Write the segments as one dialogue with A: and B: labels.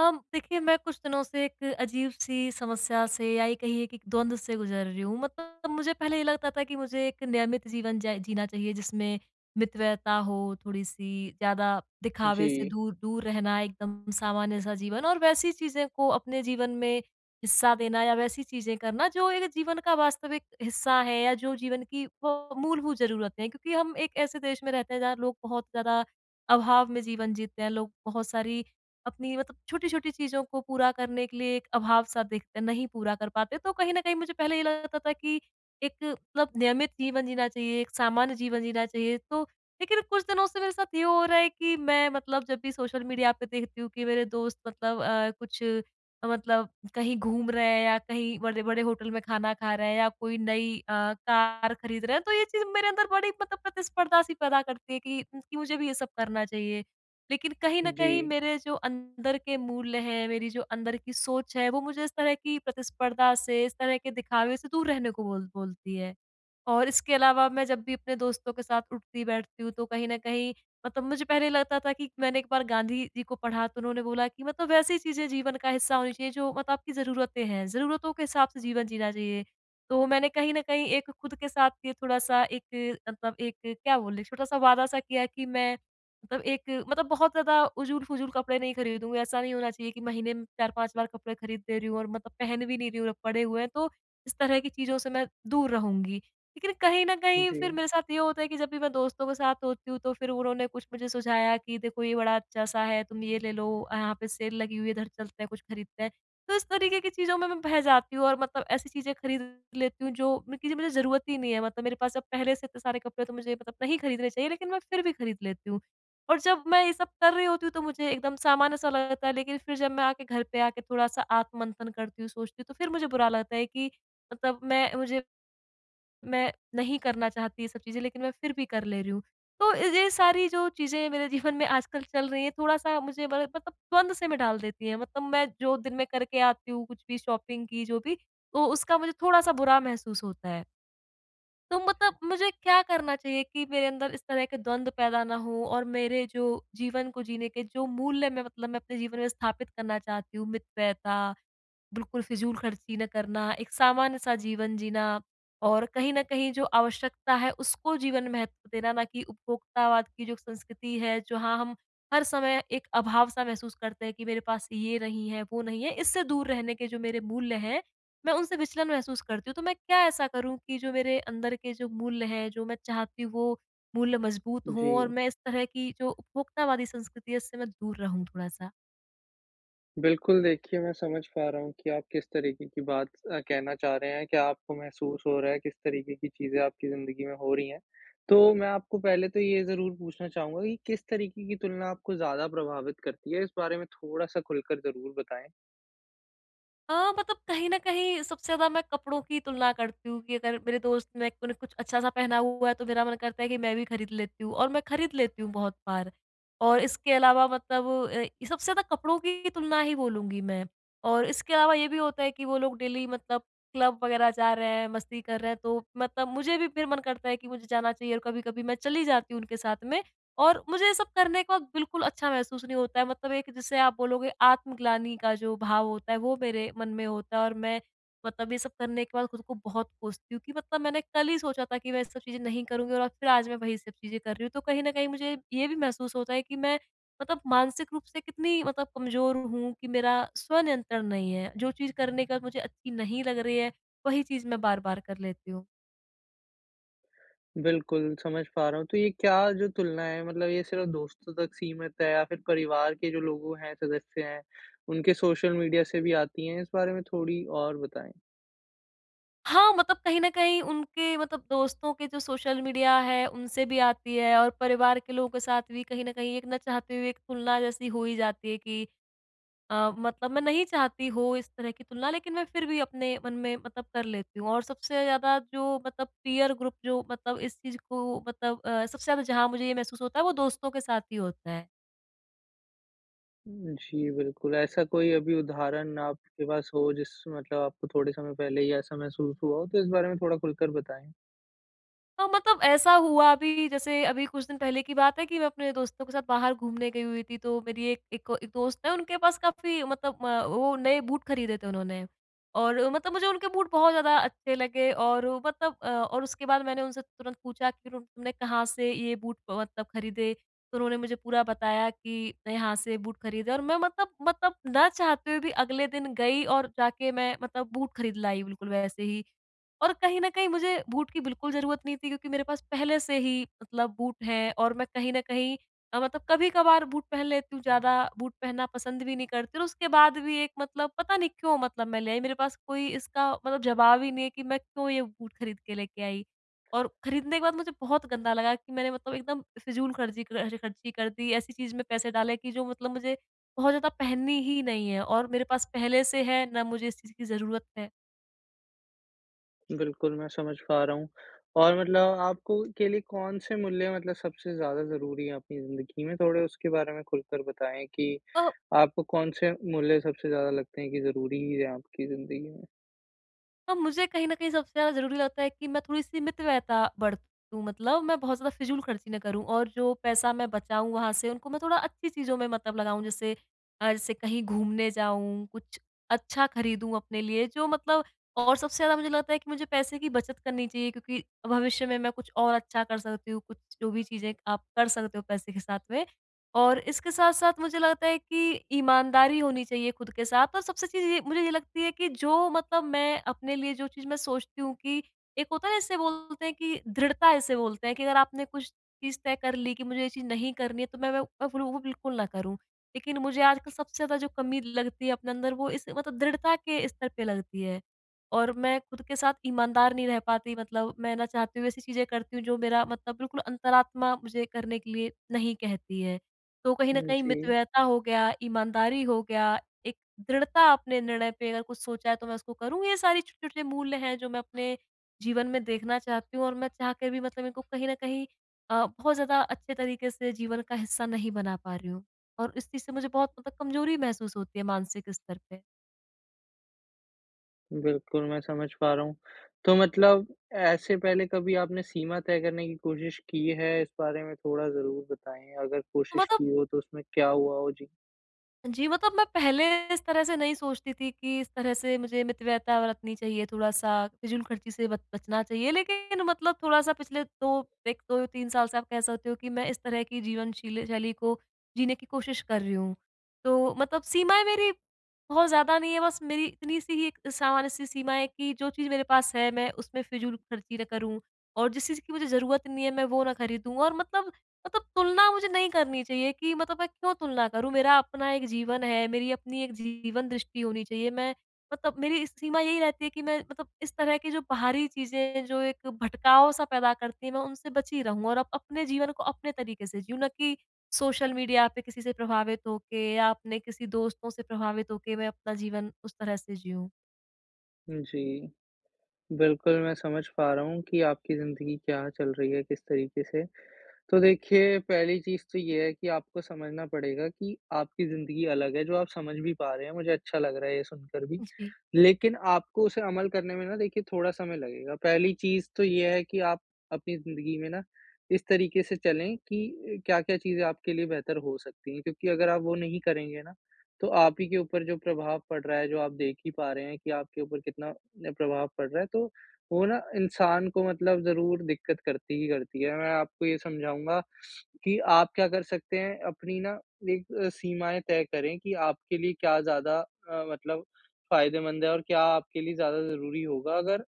A: देखिए मैं कुछ दिनों से एक अजीब-सी समस्या से या ये कहिए कि द्वंद से गुज़र रही हूँ। मतलब मुझे पहले ये लगता था कि मुझे एक नियमित जीवन जै जीना चाहिए जिसमें मितव्ययता हो, थोड़ी-सी ज़्यादा दिखावे से
B: जी,
A: दूर दूर रहना, एकदम सामान्य-सा जीवन और वैसी चीज़ें को अपने जीवन में हिस्सा देना या वैसी चीज़ें करना जो एक जीवन का वास्तविक हिस्सा है या जो जीवन की वो मूलभूत ज़रूरतें हैं। क्योंकि हम एक ऐसे देश में रहते हैं जहाँ लोग बहुत ज़्यादा अभाव में जीवन जीते हैं, लोग बहुत सारी अपनी मतलब छोटी-छोटी चीज़ों को पूरा करने के लिए एक अभाव-सा देखते नहीं पूरा कर पाते, तो कहीं न कहीं मुझे पहले ये लगता था कि एक मतलब नियमित जीवन जीना चाहिए, एक सामान्य जीवन जीना चाहिए, तो लेकिन कुछ दिनों से मेरे साथ ये हो रहा है कि मैं मतलब जब भी सोशल मीडिया पे देखती हूँ कि मेरे दोस्त मतलब कुछ मतलब कहीं घूम रहे हैं या कहीं बड़े-बड़े होटल में खाना खा रहे हैं या कोई नई कार खरीद रहे हैं, तो ये चीज़ मेरे अंदर बड़ी मतलब प्रतिस्पर्धा-सी पैदा करती है कि मुझे भी ये सब करना चाहिए। लेकिन कहीं न
B: जी,
A: कहीं मेरे जो अंदर के मूल्य हैं, मेरी जो अंदर की सोच है, वो मुझे इस तरह की प्रतिस्पर्धा से, इस तरह के दिखावे से दूर रहने को बोलती है। और इसके अलावा मैं जब भी अपने दोस्तों के साथ उठती-बैठती हूँ, तो कहीं न कहीं मतलब मुझे पहले लगता था कि मैंने एक बार गांधी जी को पढ़ा, तो उन्होंने बोला कि मतलब वैसी चीज़ें जीवन का हिस्सा होनी चाहिए, जो मतलब आपकी ज़रूरतें हैं, ज़रूरतों के हिसाब से जीवन जीना चाहिए। तो मैंने कहीं न कहीं एक खुद के साथ ये थोड़ा-सा एक मतलब एक क्या बोलें, छोटा-सा वादा-सा किया कि मैं मतलब एक मतलब बहुत ज़्यादा उजूल-फुजूल कपड़े नहीं खरीदूँगी। ऐसा नहीं होना चाहिए कि महीने में 4-5 बार कपड़े खरीद दे रही हूँ और मतलब पहन भी नहीं रही हूँ, पड़े हुए हैं, तो इस तरह की चीज़ों से मैं दूर रहूँगी। लेकिन कहीं न कहीं
B: जी,
A: फिर मेरे साथ ये होता है कि जब भी मैं दोस्तों के साथ होती हूँ, तो फिर उन्होंने कुछ मुझे सुझाया कि देखो ये बड़ा अच्छा-सा है, तुम ये ले लो, यहाँ पे सेल लगी हुई है, इधर चलते हैं, कुछ खरीदते हैं। तो इस तरीके की चीज़ों में मैं बह जाती हूँ और मतलब ऐसी चीज़ें खरीद लेती हूँ जो म की मुझे ज़रूरत ही नहीं है। मतलब मेरे पास अब पहले से इतने सारे कपड़े तो मुझे मतलब नहीं खरीदने चाहिए, लेकिन मैं फिर भी खरीद लेती हूँ। और जब मैं ये सब कर रही होती हूँ, तो मुझे एकदम सामान्य-सा लगता है, लेकिन फिर जब मैं आके घर पे आके थोड़ा-सा आत्ममंथन करती हूँ, सोचती हूँ, तो फिर मुझे बुरा लगता है कि मतलब मैं मुझे मैं नहीं करना चाहती ये सब चीज़ें, लेकिन मैं फिर भी कर ले रही हूँ। तो ये सारी जो चीज़ें मेरे जीवन में आजकल चल रही हैं, थोड़ा-सा मुझे बड़ा मतलब द्वंद से में डाल देती हैं। मतलब मैं जो दिन में करके आती हूँ कुछ भी शॉपिंग की जो भी, तो उसका मुझे थोड़ा-सा बुरा महसूस होता है। तो मतलब मुझे क्या करना चाहिए कि मेरे अंदर इस तरह के द्वंद पैदा ना हो और मेरे जो जीवन को जीने के जो मूल्य मैं अपने जीवन में स्थापित करना चाहती हूँ, मितव्ययता बिल्कुल फिजूल खर्ची ना करना, एक सामान्य सा जीवन जीना और कहीं न कहीं जो आवश्यकता है उसको जीवन में महत्व देना, ना कि उपभोक्तावाद की जो संस्कृति है, जहाँ हम हर समय एक अभाव-सा महसूस करते हैं कि मेरे पास ये नहीं है, वो नहीं है, इससे दूर रहने के जो मेरे मूल्य हैं, मैं उनसे विचलन महसूस करती हूँ। तो मैं क्या ऐसा करूँ कि जो मेरे अंदर के जो मूल्य हैं, जो मैं चाहती हूँ वो मूल्य मजबूत
B: जी।
A: हों और मैं इस तरह की जो उपभोक्तावादी संस्कृति है इससे मैं दूर रहूँ थोड़ा-सा?
B: बिल्कुल, देखिए मैं समझ पा रहा हूँ कि आप किस तरीके की बात कहना चाह रहे हैं, क्या आपको महसूस हो रहा है, किस तरीके की चीज़ें आपकी ज़िंदगी में हो रही हैं। तो मैं आपको पहले तो ये ज़रूर पूछना चाहूँगा कि किस तरीके की तुलना आपको ज़्यादा प्रभावित करती है? इस बारे में थोड़ा-सा खुलकर ज़रूर बताएँ।
A: हाँ, मतलब कहीं न कहीं सबसे ज़्यादा मैं कपड़ों की तुलना करती हूँ कि अगर मेरे दोस्त ने उन्हें कुछ अच्छा-सा पहना हुआ है, तो मेरा मन करता है कि मैं भी खरीद लेती हूँ और मैं खरीद लेती हूँ बहुत बार। और इसके अलावा मतलब ये सबसे ज़्यादा कपड़ों की तुलना ही बोलूँगी मैं। और इसके अलावा ये भी होता है कि वो लोग डेली मतलब क्लब वगैरह जा रहे हैं, मस्ती कर रहे हैं, तो मतलब मुझे भी फिर मन करता है कि मुझे जाना चाहिए और कभी-कभी मैं चली जाती हूँ उनके साथ में। और मुझे ये सब करने के बाद बिल्कुल अच्छा महसूस नहीं होता है, मतलब एक जिसे आप बोलोगे आत्मग्लानि का जो भाव होता है, वो मेरे मन में होता है और मैं मतलब ये सब करने के बाद खुद को बहुत कोसती हूँ कि मतलब मैंने कल ही सोचा था कि मैं ये सब चीज़ें नहीं करूँगी और अब फिर आज मैं वही सब चीज़ें कर रही हूँ। तो कहीं न कहीं मुझे ये भी महसूस होता है कि मैं मतलब मानसिक रूप से कितनी मतलब कमज़ोर हूँ कि मेरा स्वनियंत्रण नहीं है। जो चीज़ करने के बाद मुझे अच्छी नहीं लग रही है, वही चीज़ मैं बार-बार कर लेती हूँ।
B: बिल्कुल, समझ पा रहा हूँ। तो ये क्या जो तुलना है, मतलब ये सिर्फ़ दोस्तों तक सीमित है या फिर परिवार के जो लोग हैं, सदस्य हैं, उनके सोशल मीडिया से भी आती हैं? इस बारे में थोड़ी और बताएँ।
A: हाँ, मतलब कहीं न कहीं उनके मतलब दोस्तों के जो सोशल मीडिया है, उनसे भी आती है और परिवार के लोगों के साथ भी कहीं न कहीं एक ना चाहते हुए एक तुलना जैसी हो ही जाती है कि मतलब मैं नहीं चाहती हो इस तरह की तुलना, लेकिन मैं फिर भी अपने मन में मतलब कर लेती हूँ और सबसे ज़्यादा जो मतलब पीयर ग्रुप जो मतलब इस चीज़ को मतलब सबसे ज़्यादा जहाँ मुझे ये महसूस होता है, वो दोस्तों के साथ ही होता है।
B: जी, बिल्कुल। ऐसा कोई अभी उदाहरण आपके पास हो जिस मतलब आपको थोड़े समय पहले ही ऐसा महसूस हुआ हो, तो इस बारे में थोड़ा खुलकर बताएँ?
A: हाँ, मतलब ऐसा हुआ अभी जैसे अभी कुछ दिन पहले की बात है कि मैं अपने दोस्तों के साथ बाहर घूमने गई हुई थी, तो मेरी एक एक एक दोस्त है, उनके पास काफ़ी मतलब वो नए बूट खरीदे थे उन्होंने और मतलब मुझे उनके बूट बहुत ज़्यादा अच्छे लगे और वो मतलब और उसके बाद मैंने उनसे तुरंत पूछा कि तुमने कहाँ से ये बूट मतलब खरीदे? तो उन्होंने मुझे पूरा बताया कि मैं यहाँ से बूट खरीदे और मैं मतलब ना चाहते हुए भी अगले दिन गई और जाके मैं मतलब बूट खरीद लाई बिल्कुल वैसे ही। और कहीं न कहीं मुझे बूट की बिल्कुल ज़रूरत नहीं थी क्योंकि मेरे पास पहले से ही मतलब बूट हैं और मैं कहीं न कहीं मतलब कभी-कभार बूट पहन लेती हूँ, ज़्यादा बूट पहनना पसंद भी नहीं करती और उसके बाद भी एक मतलब पता नहीं क्यों मतलब मैं ले आई, मेरे पास कोई इसका मतलब जवाब ही नहीं है कि मैं क्यों ये बूट खरीद के लेके आई। और खरीदने के बाद मुझे बहुत गंदा लगा कि मैंने मतलब एकदम फिज़ूल खर्ची कर दी, ऐसी चीज़ में पैसे डाले कि जो मतलब मुझे बहुत ज़्यादा पहननी ही नहीं है और मेरे पास पहले से है, ना मुझे इस चीज़ की ज़रूरत है।
B: बिल्कुल, मैं समझ पा रहा हूँ। और मतलब आपको के लिए कौन-से मूल्य मतलब सबसे ज़्यादा ज़रूरी हैं अपनी ज़िंदगी में? थोड़े उसके बारे में खुलकर बताएँ कि
A: तो
B: आपको कौन-से मूल्य सबसे ज़्यादा लगते हैं कि ज़रूरी ही हैं आपकी ज़िंदगी में?
A: अब मुझे कहीं न कहीं सबसे ज़्यादा ज़रूरी लगता है कि मैं थोड़ी-सी मितव्ययता बरतूँ मतलब मैं बहुत ज़्यादा फ़िज़ूल खर्ची ना करूँ और जो पैसा मैं बचाऊँ वहाँ से उनको मैं थोड़ा अच्छी चीज़ों में मतलब लगाऊँ जैसे जैसे कहीं घूमने जाऊँ, कुछ अच्छा खरीदूँ अपने लिए जो मतलब और सबसे ज़्यादा मुझे लगता है कि मुझे पैसे की बचत करनी चाहिए क्योंकि भविष्य में मैं कुछ और अच्छा कर सकती हूँ, कुछ जो भी चीज़ें आप कर सकते हो पैसे के साथ में। और इसके साथ-साथ मुझे लगता है कि ईमानदारी होनी चाहिए खुद के साथ और सबसे चीज़ ये मुझे ये लगती है कि जो मतलब मैं अपने लिए जो चीज़ मैं सोचती हूँ कि एक होता है ना इसे बोलते हैं कि दृढ़ता इसे बोलते हैं कि अगर आपने कुछ चीज़ तय कर ली कि मुझे ये चीज़ नहीं करनी है तो मैं फिर वो बिल्कुल ना करूँ। लेकिन मुझे आजकल सबसे ज़्यादा जो कमी लगती है अपने अंदर वो इस मतलब दृढ़ता के स्तर पे लगती है। और मैं खुद के साथ ईमानदार नहीं रह पाती मतलब मैं ना चाहते हुए ऐसी चीज़ें करती हूँ जो मेरा मतलब बिल्कुल अंतरात्मा मुझे करने के लिए नहीं कहती है। तो कहीं न
B: हुँ,
A: कहीं
B: जी।
A: मितव्ययता हो गया, ईमानदारी हो गया, एक दृढ़ता अपने निर्णय पे अगर कुछ सोचा है तो मैं उसको करूँ, ये सारी छोटे-छोटे मूल्य हैं जो मैं अपने जीवन में देखना चाहती हूँ और मैं चाह के भी मतलब इनको कहीं न कहीं बहुत ज़्यादा अच्छे तरीके से जीवन का हिस्सा नहीं बना पा रही हूँ। और इस चीज़ से मुझे बहुत मतलब कमज़ोरी महसूस होती है मानसिक स्तर पे।
B: बिल्कुल, मैं समझ पा रहा हूँ। तो मतलब ऐसे पहले कभी आपने सीमा तय करने की कोशिश की है? इस बारे में थोड़ा ज़रूर बताएँ, अगर
A: तो
B: कोशिश
A: मतलब
B: की हो तो उसमें क्या हुआ हो? जी।
A: जी, मतलब मैं पहले इस तरह से नहीं सोचती थी कि इस तरह से मुझे मितव्ययता बरतनी चाहिए, थोड़ा-सा फिज़ूल-खर्ची से बच बचना चाहिए। लेकिन मतलब थोड़ा-सा पिछले 2 एक 2-3 साल से आप कह सकते हो कि मैं इस तरह की जीवन शील शैली को जीने की कोशिश कर रही हूँ। तो मतलब सीमाएँ मेरी बहुत ज़्यादा नहीं है, बस मेरी इतनी-सी ही एक सामान्य-सी सीमा है कि जो चीज़ मेरे पास है, मैं उसमें फिज़ूल-खर्ची ना करूँ और जिस चीज़ की मुझे ज़रूरत नहीं है, मैं वो ना खरीदूँ और मतलब तुलना मुझे नहीं करनी चाहिए कि मतलब मैं क्यों तुलना करूँ? मेरा अपना एक जीवन है, मेरी अपनी एक जीवन दृष्टि होनी चाहिए। मैं मतलब मेरी सीमा यही रहती है कि मैं मतलब इस तरह की जो बाहरी चीज़ें जो एक भटकाव-सा पैदा करती हैं, मैं उनसे बची रहूँ और अप अपने जीवन को अपने तरीके से जीऊँ, ना कि सोशल मीडिया पे किसी से प्रभावित होके या अपने किसी दोस्तों से प्रभावित होके मैं अपना जीवन उस तरह से जीऊँ।
B: जी, बिल्कुल मैं समझ पा रहा हूँ कि आपकी ज़िंदगी क्या चल रही है, किस तरीके से। तो देखिए, पहली चीज़ तो ये है कि आपको समझना पड़ेगा कि आपकी ज़िंदगी अलग है, जो आप समझ भी पा रहे हैं, मुझे अच्छा लग रहा है ये सुनकर भी।
A: जी।
B: लेकिन आपको उसे अमल करने में ना, देखिए, थोड़ा समय लगेगा। पहली चीज़ तो ये है कि आप अपनी ज़िंदगी में ना इस तरीके से चलें कि क्या-क्या चीज़ें आपके लिए बेहतर हो सकती हैं, क्योंकि अगर आप वो नहीं करेंगे ना, तो आप ही के ऊपर जो प्रभाव पड़ रहा है, जो आप देख ही पा रहे हैं कि आपके ऊपर कितना प्रभाव पड़ रहा है, तो वो ना इंसान को मतलब ज़रूर दिक्कत करती ही करती है। मैं आपको ये समझाऊँगा कि आप क्या कर सकते हैं। अपनी ना एक सीमाएँ तय करें कि आपके लिए क्या ज़्यादा मतलब फ़ायदेमंद है और क्या आपके लिए ज़्यादा ज़रूरी होगा। अगर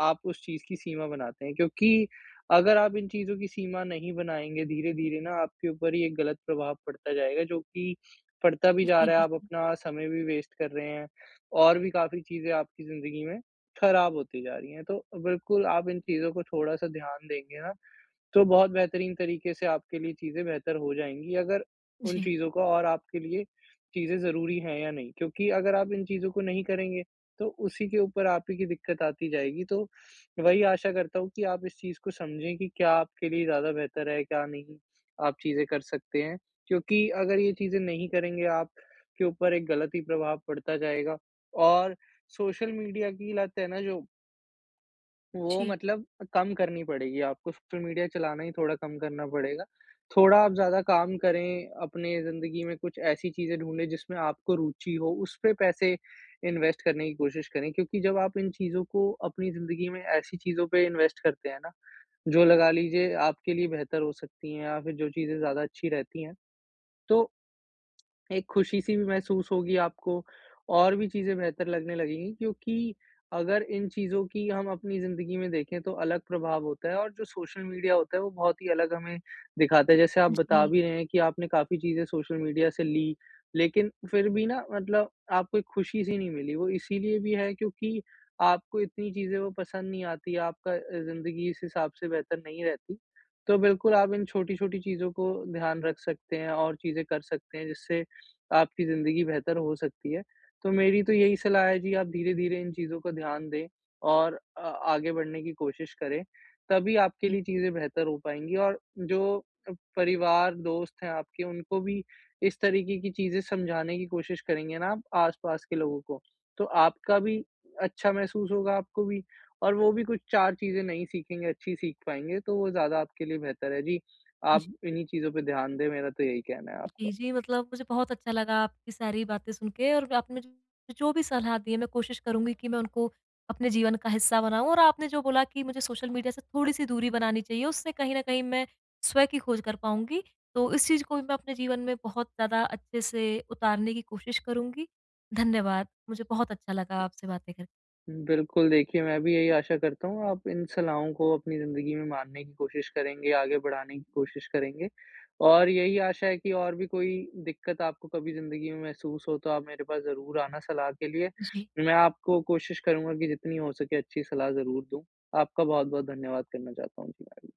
B: आप उस चीज़ की सीमा बनाते हैं, क्योंकि अगर आप इन चीज़ों की सीमा नहीं बनाएँगे, धीरे-धीरे ना आपके ऊपर ही एक गलत प्रभाव पड़ता जाएगा, जो कि पड़ता भी
A: जी,
B: जा
A: जी,
B: रहा है। आप
A: बिल्कुल।
B: अपना समय भी वेस्ट कर रहे हैं और भी काफ़ी चीज़ें आपकी ज़िंदगी में खराब होती जा रही हैं। तो बिल्कुल, आप इन चीज़ों को थोड़ा-सा ध्यान देंगे ना, तो बहुत बेहतरीन तरीके से आपके लिए चीज़ें बेहतर हो जाएँगी, अगर उन
A: जी,
B: चीज़ों का और आपके लिए चीज़ें ज़रूरी हैं या नहीं। क्योंकि अगर आप इन चीज़ों को नहीं करेंगे, तो उसी के ऊपर आप ही की दिक्कत आती जाएगी। तो वही आशा करता हूँ कि आप इस चीज़ को समझें कि क्या आपके लिए ज़्यादा बेहतर है, क्या नहीं आप चीज़ें कर सकते हैं। क्योंकि अगर ये चीज़ें नहीं करेंगे, आपके ऊपर एक गलत ही प्रभाव पड़ता जाएगा। और सोशल मीडिया की लत है ना, जो वो
A: जी,
B: मतलब कम करनी पड़ेगी आपको, सोशल मीडिया चलाना ही थोड़ा कम करना पड़ेगा। थोड़ा आप ज़्यादा काम करें, अपने ज़िंदगी में कुछ ऐसी चीज़ें ढूँढें जिसमें आपको रुचि हो, उस पे पैसे इन्वेस्ट करने की कोशिश करें। क्योंकि जब आप इन चीज़ों को अपनी ज़िंदगी में ऐसी चीज़ों पे इन्वेस्ट करते हैं ना, जो, लगा लीजिए, आपके लिए बेहतर हो सकती हैं, या फिर जो चीज़ें ज़्यादा अच्छी रहती हैं, तो एक खुशी-सी भी महसूस होगी आपको और भी चीज़ें बेहतर लगने लगेंगी। क्योंकि अगर इन चीज़ों की हम अपनी ज़िंदगी में देखें, तो अलग प्रभाव होता है, और जो सोशल मीडिया होता है वो बहुत ही अलग हमें दिखाता है। जैसे आप बता
A: जी,
B: भी रहे हैं कि आपने काफ़ी चीज़ें सोशल मीडिया से ली, लेकिन फिर भी ना, मतलब, आपको एक खुशी-सी नहीं मिली। वो इसीलिए भी है, क्योंकि आपको इतनी चीज़ें वो पसंद नहीं आती, आपका ज़िंदगी इस हिसाब से बेहतर नहीं रहती। तो बिल्कुल आप इन छोटी-छोटी चीज़ों को ध्यान रख सकते हैं और चीज़ें कर सकते हैं, जिससे आपकी ज़िंदगी बेहतर हो सकती है। तो मेरी तो यही सलाह है जी, आप धीरे-धीरे इन चीज़ों को ध्यान दें और आगे बढ़ने की कोशिश करें, तभी आपके
A: जी।
B: लिए चीज़ें बेहतर हो पाएँगी। और जो परिवार, दोस्त हैं आपके, उनको भी इस तरीके की चीज़ें समझाने की कोशिश करेंगे ना आप आस-पास के लोगों को, तो आपका भी अच्छा महसूस होगा, आपको भी, और वो भी कुछ 4 चीज़ें नई सीखेंगे, अच्छी सीख पाएँगे, तो वो ज़्यादा आपके लिए बेहतर है। जी, आप इन्हीं चीज़ों पे ध्यान दें, मेरा तो यही कहना है
A: जी,
B: आपको।
A: जी, मतलब मुझे बहुत अच्छा लगा आपकी सारी बातें सुन के और आपने जो जो भी सलाह दी है, मैं कोशिश करूँगी कि मैं उनको अपने जीवन का हिस्सा बनाऊँ और आपने जो बोला कि मुझे सोशल मीडिया से थोड़ी-सी दूरी बनानी चाहिए, उससे कहीं न कहीं मैं स्वयं की खोज कर पाऊँगी। तो इस चीज़ को भी मैं अपने जीवन में बहुत ज़्यादा अच्छे से उतारने की कोशिश करूँगी। धन्यवाद, मुझे बहुत अच्छा लगा आपसे बातें करके।
B: बिल्कुल, देखिए, मैं भी यही आशा करता हूँ आप इन सलाहों को अपनी ज़िंदगी में मानने की कोशिश करेंगे, आगे बढ़ाने की कोशिश करेंगे। और यही आशा है कि और भी कोई दिक्कत आपको कभी ज़िंदगी में महसूस हो, तो आप मेरे पास ज़रूर आना सलाह के लिए।
A: जी।
B: मैं आपको कोशिश करूँगा कि जितनी हो सके अच्छी सलाह ज़रूर दूँ। आपका बहुत-बहुत धन्यवाद करना चाहता हूँ जी मैं भी।